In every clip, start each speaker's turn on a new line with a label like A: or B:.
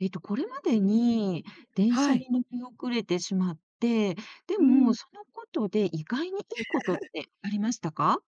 A: これまでに電
B: は
A: 車
B: い。
A: に乗り遅れてしまって、で
B: うん、
A: も、そのことで意外にいいことってありましたか？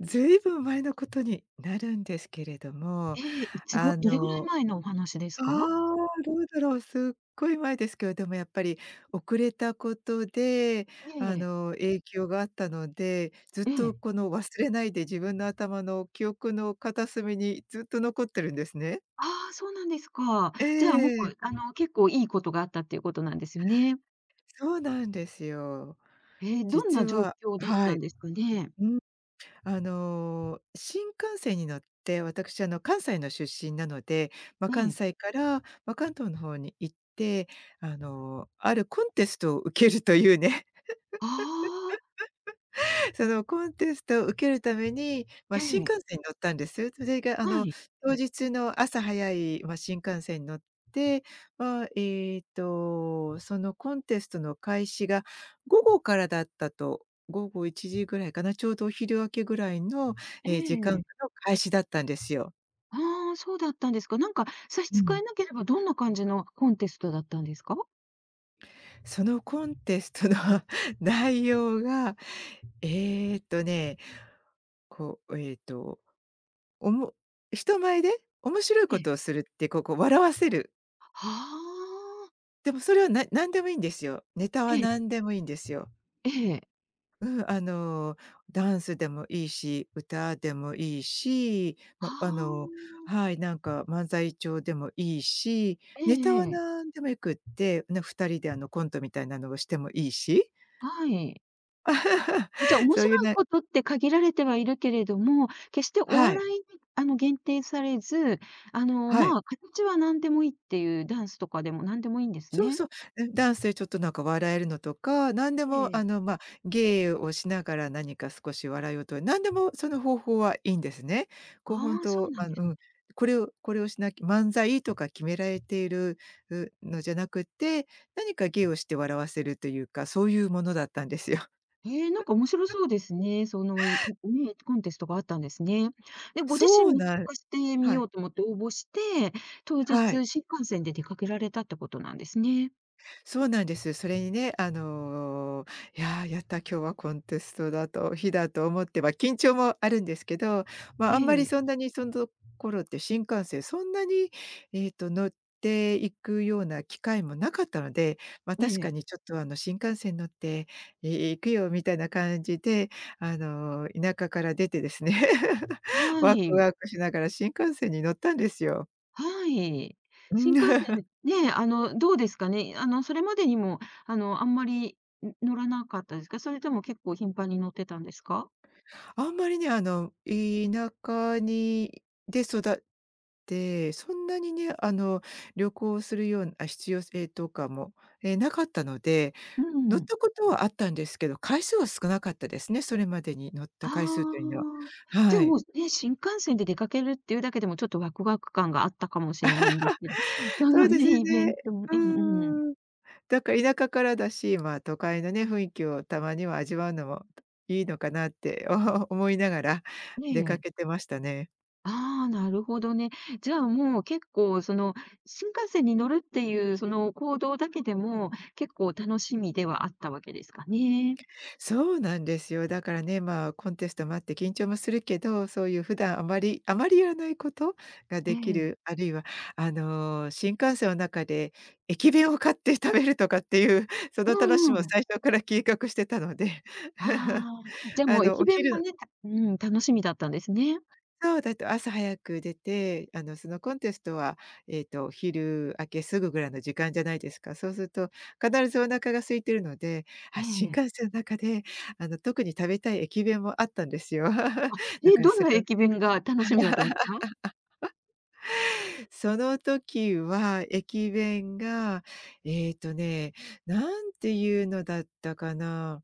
B: ずいぶん前のことになるんですけれども、
A: ええ、いつ
B: あ
A: ぐどれぐらい
B: の
A: 前のお話です
B: あ
A: か？
B: あ、どうだろう、すっごい前ですけど、でもやっぱり遅れたことで、
A: ええ、
B: 影響があったので、ずっ
A: え
B: と
A: え。
B: この忘れないで自分の頭の記憶の片隅にずっと残ってるんですね。
A: ああ、そうなんですか。
B: え
A: じゃあ、もう、
B: え、
A: 結構いいことがあったっていうことなんですよね。
B: そうなんですよ。
A: ええ、どん
B: 実
A: な状
B: は
A: 況だっ
B: は
A: た
B: い。
A: んですかね？
B: うん。新幹線に乗って、私、関西の出身なので、まあ、
A: え
B: 関
A: え。
B: 西から、まあ、関東の方に行って、あるコンテストを受けるというね。
A: あ
B: そのコンテストを受けるために、
A: あ、
B: ま、
A: え
B: 新幹
A: え、
B: 線に乗ったんです。それが
A: はい、
B: 当日の朝早い、ま、新幹線に乗って、まあ、そのコンテストの開始が午後からだったと、午後1時ぐらいかな、ちょうどお昼明けぐらいの、
A: え
B: ええ、時間の
A: え。
B: 開始だったんですよ。
A: ああ、そうだったんですか。なんか、差し
B: う
A: 支
B: ん。
A: えなければどんな感じのコンテストだったんですか？
B: そのコンテストの 内容が、えっとね、こう、えっとおも人前で面白い
A: え
B: こ
A: え。
B: とをするって、こう笑わせる。
A: はあ。
B: でもそれは何でもいいんですよ。ネタは
A: え
B: ん。
A: え、
B: 何でもいいんですよ。
A: ええ。
B: うん、ダンスでもいいし、歌でもいいし、
A: あ
B: ま、
A: あ。
B: はい、なんか漫才調でもいいし、
A: え
B: ネタ
A: え
B: は
A: ええ。
B: 何でもよくって、ね、2人でコントみたいなのをしてもいいし。
A: はい。あ、じゃあ、面
B: そういう
A: 白い
B: ね。
A: ことって限られてはいるけれども、決してお
B: は
A: 笑
B: い、
A: いに、限定されず、
B: はい。
A: まあ、形は何でもいいっていう、ダンスとかでも何でもいいんです
B: そう
A: ね。
B: そう、うん、ダンスでちょっとなんか笑えるのとか、何で
A: え
B: も
A: え。
B: まあ、芸をしながら何か少し笑いをと何でもその方法はいいんですね。こう本
A: ああ、そう
B: 当、
A: なんで
B: う
A: すね。
B: ん、これをしなきゃ漫才とか決められている、うのじゃなくて、何か芸をして笑わせるというか、そういうものだったんですよ。
A: へえ、なんか面白そうですね。ね、コンテストがあったんですね。で、ご自
B: そ
A: 身
B: う
A: も参
B: なん
A: 加してみ
B: はい、
A: ようと思って応募して、当日
B: はい。
A: 新幹線で出かけられたってことなんですね。
B: そうなんです。それにね、いやー、やった、今日はコンテストだと日だと思って、まあ、緊張もあるんですけど、まあ、あんまり
A: え
B: そん
A: え。
B: なにその頃って新幹線そんなに、乗っていくような機会もなかったので、まあ、
A: え
B: 確か
A: え、
B: にちょっと、新幹線乗って、行くよみたいな感じで、田舎から出てですね、
A: は
B: ワク
A: い、
B: ワクしながら新幹線に乗ったんですよ。
A: はい。
B: う
A: 新幹
B: ん
A: 線、ね、どうですかね。それまでにも、あんまり、乗らなかったですか？それとも結構頻繁に乗ってたんですか？
B: あんまりね、田舎で育って、そんなにね、旅行するような必要性とかも、え、なかったので、
A: う
B: 乗っ
A: ん。
B: たことはあったんですけど、回数は少なかったですね、それまでに乗っ
A: あ
B: た回数という
A: あ、
B: のは。
A: じゃ
B: は
A: あ、
B: い。
A: もう、ね、新幹線で出かけるっていうだけでも、ちょっとワクワク感があったかもしれないんですけど、そ
B: そう
A: の
B: です
A: ね、イベ
B: ね。
A: ントも
B: う
A: うんうん。
B: ーん。だから田舎からだし、まあ、都会のね、雰囲気をたまには味わうのもいいのかなって、お 思いながら
A: ね
B: 出かけ
A: え。
B: てましたね。
A: ああ、なるほどね。じゃあもう結構その、新幹線に乗るっていうその行動だけでも、結構楽しみではあったわけですかね。
B: そうなんですよ。だからね、まあ、コンテストもあって緊張もするけど、そういう普段あまりやらないことが
A: え
B: でき
A: え。
B: る、あるいは、新幹線の中で駅弁を買って食べるとかっていう、そ
A: う
B: の楽しみを
A: んうん。
B: 最初から計画してたので、
A: ああ、じゃあもう
B: お
A: 駅弁
B: 昼
A: も
B: の
A: ね、たうん、楽しみだったんですね。
B: そう、だと朝早く出て、そのコンテストは、昼明けすぐぐらいの時間じゃないですか。そうすると、必ずお腹が空いてるので、
A: え
B: あ、新幹
A: え。
B: 線の中で、特に食べたい駅弁もあったんですよ。
A: あ、
B: だから
A: どん
B: そ
A: な
B: れを
A: 駅弁が楽しみだったんですか？
B: その時は駅弁が、えっとね、なんていうのだったかな。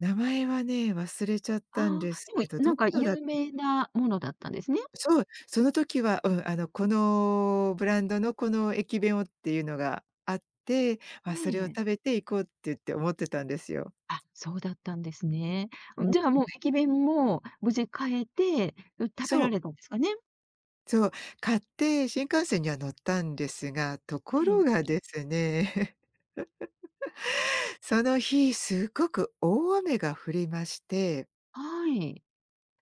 B: 名前はね、忘れちゃっ
A: ああー、
B: たんですけ
A: で
B: ど、
A: も、な
B: ど
A: ん
B: こ
A: か
B: のだ
A: 有名なものだったんですね。
B: そう、その時は、うん、このブランドのこの駅弁をっていうのがあって、あ、それを
A: ええ。
B: 食べて行こうって言って思ってたんですよ。
A: あ、そうだったんですね。
B: うん。
A: じゃあもう駅弁も無事変えて、食べ
B: そ
A: ら
B: う、
A: れたんですかね？
B: そう、買って新幹線には乗ったんですが、とこ
A: ええ。
B: ろがですね、その日すごく大雨が降りまして、
A: はい。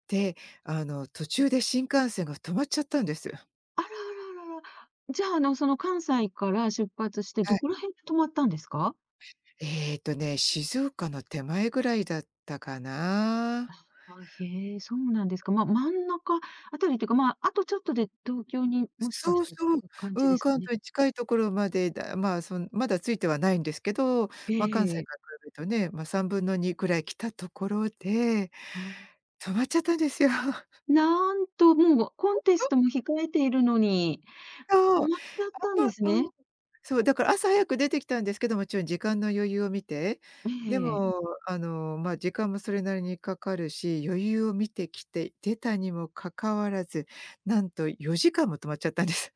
B: で、途中で新幹線が止まっちゃったんです。
A: あらあらあらあら。じゃあ、その関西から出発して、
B: は
A: ど
B: い。
A: こら辺で止まったんですか？
B: 静岡の手前ぐらいだったかな。
A: あ、へえ、そうなんですか。まあ、真ん中あたりというか、まあ、あとちょっとで東京にもしか
B: そ
A: し
B: うそ
A: て
B: う。
A: 着く感じ
B: う
A: で
B: ん、
A: すか
B: 関
A: ね？
B: 東に近いところまでだまあ、まだついてはないんですけど、
A: え
B: まあ、関西
A: えええ。
B: から比べるとね、まあ、3分の2くらい来たところで、
A: あ、
B: 止まっちゃったんですよ。
A: なんともうコンテストも控えているのに、止
B: そう。
A: まっちゃったんです
B: うん。
A: ね。
B: そう、だから朝早く出てきたんですけど、もちろん時間の余裕を見て。で
A: え
B: も、
A: え。
B: まあ、時間もそれなりにかかるし、余裕を見てきて、出たにもかかわらず、なんと4時間も止まっちゃったんです。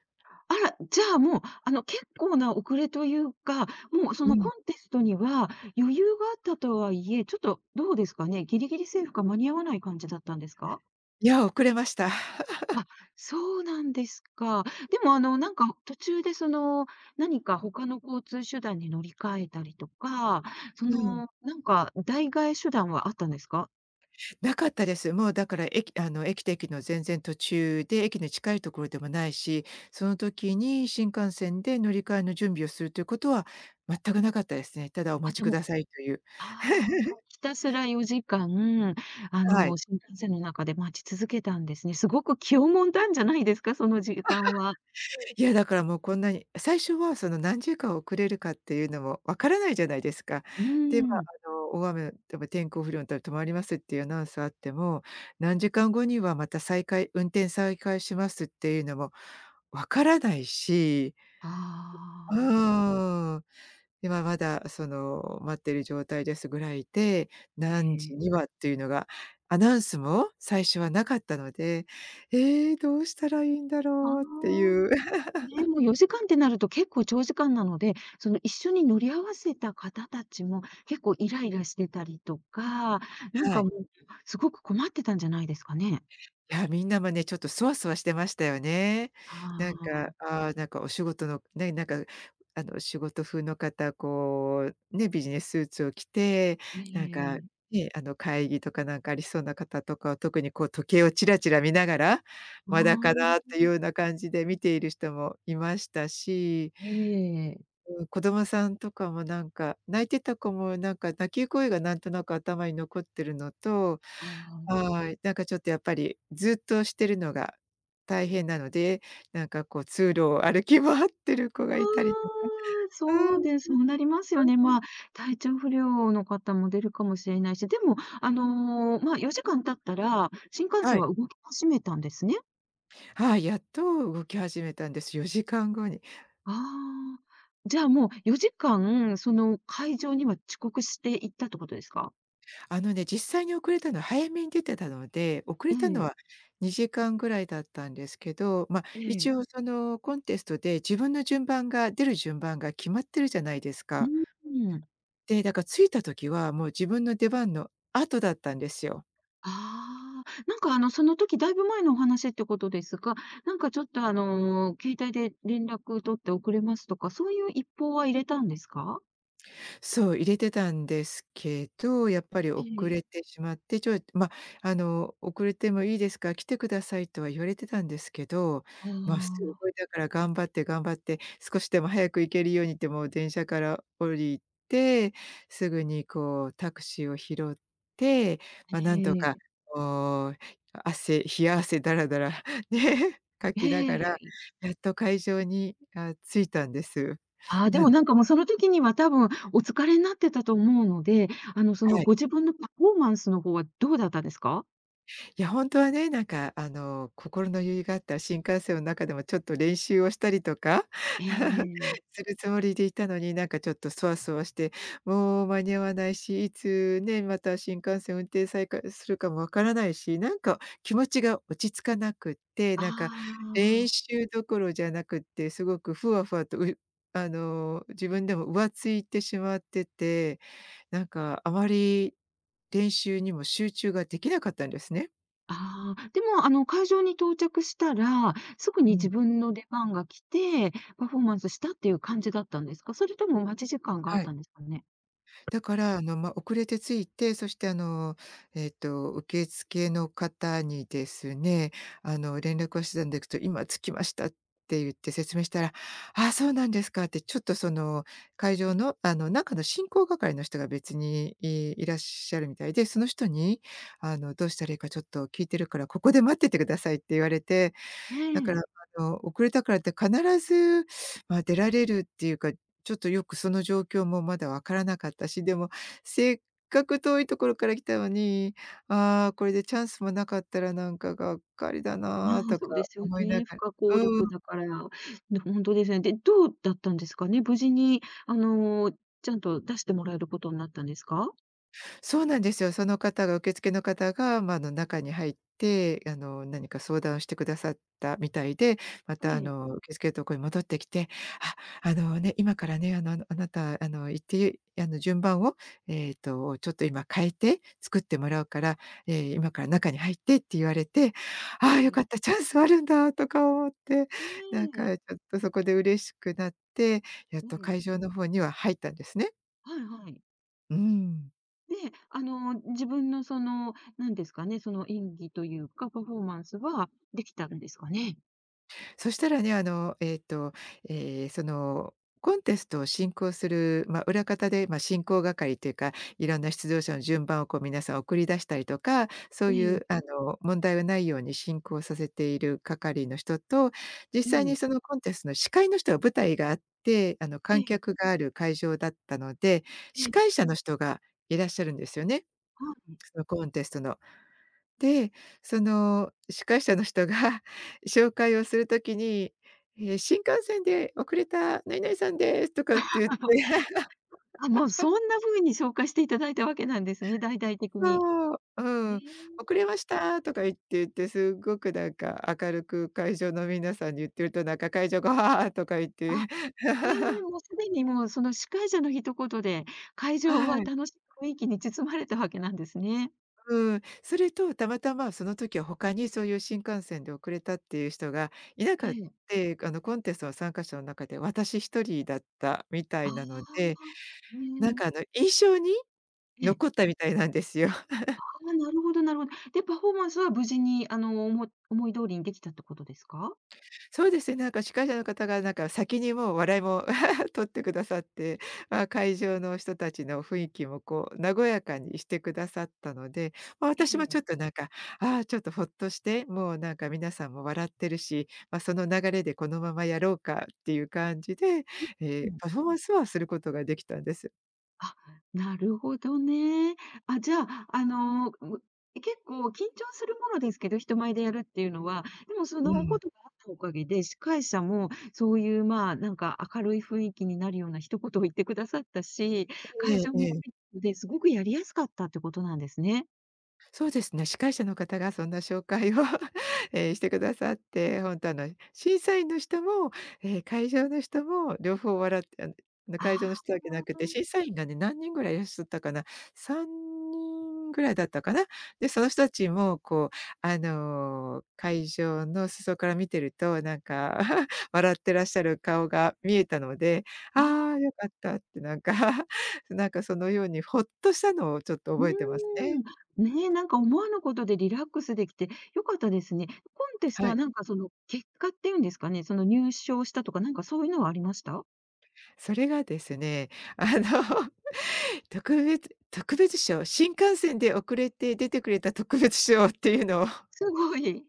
A: あら、じゃあもう、結構な遅れというか、もうそ
B: う
A: のコ
B: ん。
A: ンテストには余裕があったとはいえ、ちょっとどうですかね、ギリギリセーフか間に合わない感じだったんですか？
B: いや、遅れました。
A: あ、そうなんですか。でもなんか途中でその、何か他の交通手段に乗り換えたりとか、そ
B: うん。
A: の、なんか代替え手段はあったんですか？
B: なかったです。もうだから駅と駅の全然途中で、駅に近いところでもないし、その時に新幹線で乗り換えの準備をするということは全くなかったですね。ただお
A: あ
B: 待ち
A: じゃ
B: く
A: ち
B: ださいという。
A: あ あ、ひたすら4時間、
B: はい。
A: 新幹線の中で待ち続けたんですね。すごく気をもんだんじゃないですか？その時間は。
B: いや、だからもうこんなに最初はその何時間遅れるかっていうのもわからないじゃないですか。
A: う
B: で、まあ、
A: ーん。
B: 大雨でも天候不良のため止まりますっていうアナウンスあっても、何時間後にはまた運転再開しますっていうのもわからないし、うーん。
A: ああ、
B: 今まだその、待ってる状態ですぐらいで、
A: え
B: 何時
A: え。
B: にはっていうのが、アナウンスも最初はなかったので、ええ、どうしたらいいんだ
A: あ
B: ろうってい
A: あ、
B: う。
A: ね、もう4時間ってなると結構長時間なので、その一緒に乗り合わせた方たちも結構イライラしてたりとか、なん
B: は
A: か
B: い。
A: もう、すごく困ってたんじゃないですかね？
B: いや、みんなもね、ちょっとそわそわしてましたよね。
A: あ
B: なんか、
A: あ、
B: ああ、なんかお仕事のね、なんか、仕事風の方、こう、ね、ビジネススーツを着て、
A: え
B: なん
A: え
B: か、
A: え。
B: ね、会議とかなんかありそうな方とかは、特にこう時計をチラチラ見ながら、
A: あ
B: まだかなっ
A: あ、
B: ていうような感じで見ている人もいましたし、
A: ええ。
B: うん、子供さんとかもなんか、泣いてた子もなんか泣き声がなんとなく頭に残ってるのと。
A: ああ。
B: はい。なんかちょっとやっぱり、ずっとしてるのが大変なので、なんかこう通路を歩き回ってる子
A: う
B: がいたりとか。
A: ーん、
B: う
A: そうです。
B: ん。
A: そうなりますよね。まあ、体調不良の方も出るかもしれないし、でも、まあ、4時間経ったら、新幹
B: は
A: 線
B: い。
A: は動き始めたんですね。
B: はい、やっと動き始めたんです。4時間後に。
A: ああ、じゃあもう4時間、その会場には遅刻していったってことですか？
B: 実際に遅れたのは早めに出てたので、遅
A: え
B: れたの
A: え、
B: は2時間ぐらいだったんですけど、ま、
A: え
B: 一応
A: え。
B: そのコンテストで自分の順番が、出る順番が決まってるじゃないです
A: う
B: か。
A: ん。
B: で、だから着いた時はもう自分の出番の後だったんですよ。
A: ああ、なんかその時だいぶ前のお話ってことですが、なんかちょっと携帯で連絡取って遅れますとか、そういう一報は入れたんですか？
B: そう、入れてたんですけど、やっぱり
A: え
B: 遅
A: え。
B: れてしまって、ちょいま、「遅れてもいいですか？来てください」とは言われてたんですけど、
A: ああ、
B: ま、すごいだから頑張って頑張って、少しでも早く行けるようにって、もう電車から降りて、すぐにこうタクシーを拾って、ま、なんと
A: え
B: か、
A: え、
B: こう、冷や汗だらだら ね、かきながら、
A: ええ。
B: やっと会場に、あ、着いたんです。
A: ああ、で
B: な
A: も
B: んと
A: なんかもうその時には多分お疲れになってたと思うので、その
B: はい。
A: ご自分のパフォーマンスの方はどうだったんですか？
B: いや、本当はね、心の余裕があったら新幹線の中でもちょっと練習をしたりとか
A: ええ
B: するつもりでいたのに、なんかちょっとそわそわして、もう間に合わないし、いつね、また新幹線運転再開するかもわからないし、なんか気持ちが落ち着かなくって、
A: あ
B: なんか練
A: あ、
B: 習どころじゃなくって、すごくふわふわと、あの、自分でも浮ついてしまってて、なんかあまり練習にも集中ができなかったんですね。
A: ああ、でもあの会場に到着したら、すぐに
B: う
A: 自
B: ん、
A: 分の出番が来て、パフォーマンスしたっていう感じだったんですか？それとも待ち時間があっ
B: はい。
A: たんですかね？
B: だから、遅れて着いて、そして受付の方にですね、あの、連絡をしてたんでくと「今着きました」って言って説明したら「ああ、そうなんですか」って、ちょっとその、会場の、あの、中の進行係の人が別に、いらっしゃるみたいで、その人に、あの「どうしたらいいかちょっと聞いてるから、ここで待っててください」って言われて、
A: え
B: だから、
A: え。
B: あの、遅れたからって必ず、ま、出られるっていうか、ちょっとよくその状況もまだ分からなかったし、でも、せっかく遠いところから来たのに、ああ、これでチャンスもなかったらなんかがっかりだ
A: ま
B: な
A: あ、
B: と
A: そ
B: か
A: うですよ
B: 思いな
A: ね。不
B: がら、
A: 可抗
B: う
A: 力
B: ん。
A: だから。ね、本当ですね。で、どうだったんですかね？無事に、ちゃんと出してもらえることになったんですか？
B: そうなんですよ。その方が受付の方が、中に入って、あの、何か相談をしてくださったみたいで、ま
A: え
B: た、あ
A: え、
B: の、受付のとこに戻ってきて、あ、あのね、今からね、あの、あなた、あの、行って、あの、順番を、えっと、ちょっと今変えて作ってもらうから、今から中に入ってって言われて、
A: え
B: ああ、よ
A: え、
B: かった、チャンスあるんだとか思って、
A: え
B: なん
A: え、
B: かちょっとそこで嬉しくなって、やっ
A: え
B: と
A: え。
B: 会場の方には入ったんですね。
A: はいはい。
B: うん。
A: で、自分のその、なんですかね、その演技というか、パフォーマンスはできたんですかね？
B: そしたらね、えーその、コンテストを進行する、まあ、裏方で、まあ、進行係というか、いろんな出場者の順番をこう皆さん送り出したりとか、そう
A: え
B: い
A: え、
B: う、あの、問題がないように進行させている係の人と、実際
A: え
B: に
A: え、
B: そのコンテストの司会の人は舞台があって、あの、
A: え
B: 観
A: え、
B: 客がある会場だったので、
A: え
B: 司
A: え、
B: 会者の人がいらっしゃるんですよね、
A: はい。
B: そのコンテストの。で、その司会者の人が 紹介をするときに、え、「新幹線で遅れた何々さんです」とかって言って
A: あ、もうそんな風に紹介していただいたわけなんですね、大々的に。
B: そう、う
A: え。
B: ん、「遅れました」とか言って、すごくなんか明るく会場の皆さんに言ってると、なんか会場が「はあ」とか言って
A: あ、ええ、もうすでにもうその司会者の一言で、会場は
B: はい、
A: 楽しい雰囲気に包まれたわけなんですね。
B: うん。それとたまたまその時は他にそういう新幹線で遅れたっていう人がいな
A: え
B: かっ
A: え。
B: て、あのコンテストの参加者の中で私一人だったみた
A: あ
B: いなので、
A: あ、
B: なん
A: ね
B: かあ
A: え。
B: の、印象に
A: ええ。
B: 残ったみたいなんですよ。
A: ああ、なるほどなるほど。で、パフォーマンスは無事に思い通りにできたってことですか？
B: そうですね、なんか司会者の方がなんか先にもう笑いも 取ってくださって、まあ、会場の人たちの雰囲気もこう和やかにしてくださったので、まあ、
A: え
B: 私もち
A: え。
B: ょっとなんか、ああ、ちょっとほっとして、もうなんか皆さんも笑ってるし、まあ、その流れでこのままやろうかっていう感じで、
A: うん。
B: パフォーマンスはすることができたんです。
A: あ、なるほどね。あ、じゃあ、結構緊張するものですけど、人前でやるっていうのは、でもそ
B: う
A: の
B: ん。
A: ことがあったおかげで、司会者もそういう、まあ、なんか明るい雰囲気になるような一言を言ってくださったし、
B: え
A: 会
B: え
A: 場も
B: え
A: ある
B: え。
A: ので、すごくやりやすかったってことなんですね。
B: そうですね、司会者の方がそんな紹介を ええ、してくださって、本当あの、審査員の人も、会場の人も両方笑ってあの会場の
A: あ
B: 人だけなくて、審査員がね、何人ぐらいいらっしゃったかな、3人ぐらいだったかな。で、その人たちもこう、あの、会場の裾から見てると、なんか 笑ってらっしゃる顔が見えたので、
A: あ、あ
B: ああ、
A: あ、
B: よかったってなんか なんかそのようにほっとしたのをちょっと
A: うー
B: 覚えてますね。
A: ん。ねえ、なんか思わぬことでリラックスできて良かったですね。コンテスト
B: は
A: は
B: い。
A: なんかその結果っていうんですかね、その入賞したとか、なんかそういうのはありました？
B: それがですね、あの、特別賞、新幹線で遅れて出てくれた特別賞っていうのを
A: すごい。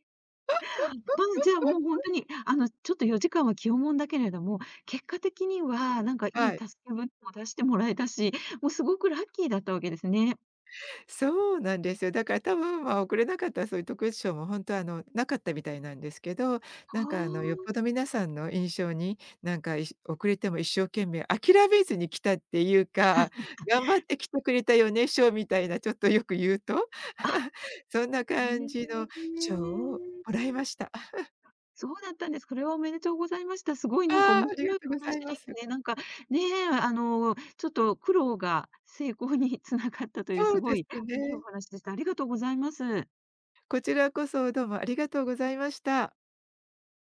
A: まあ、じゃあもう本当に、ちょっと4時間は気をもんだけれども、結果的にはなんかいい
B: はい、
A: 助け舟を出してもらえたし、もうすごくラッキーだったわけですね。
B: そうなんですよ。だから多分、まあ、遅れなかったらそういう特別賞も本当はあの、なかったみたいなんですけど、
A: あ
B: なん
A: あ。
B: か、あの、よっぽど皆さんの印象に、なんか、遅れても一生懸命諦めずに来たっていうか、頑張って来てくれたよね賞みたいな、ちょっとよく言うと
A: あ、
B: そんな
A: へえ。
B: 感じの賞をもらいました。
A: そうだったんです。これはおめでとうございました。すごいなんか
B: ああ、
A: 面
B: ありが
A: 白い
B: とうござ
A: 話
B: い
A: で
B: ます。
A: すね。なんか、ねえ、ちょっと苦労が成功につながったという
B: そ
A: す
B: うで
A: ごい
B: す
A: いいお
B: ね。
A: 話でした。ありがとうございます。
B: こちらこそどうもありがとうございました。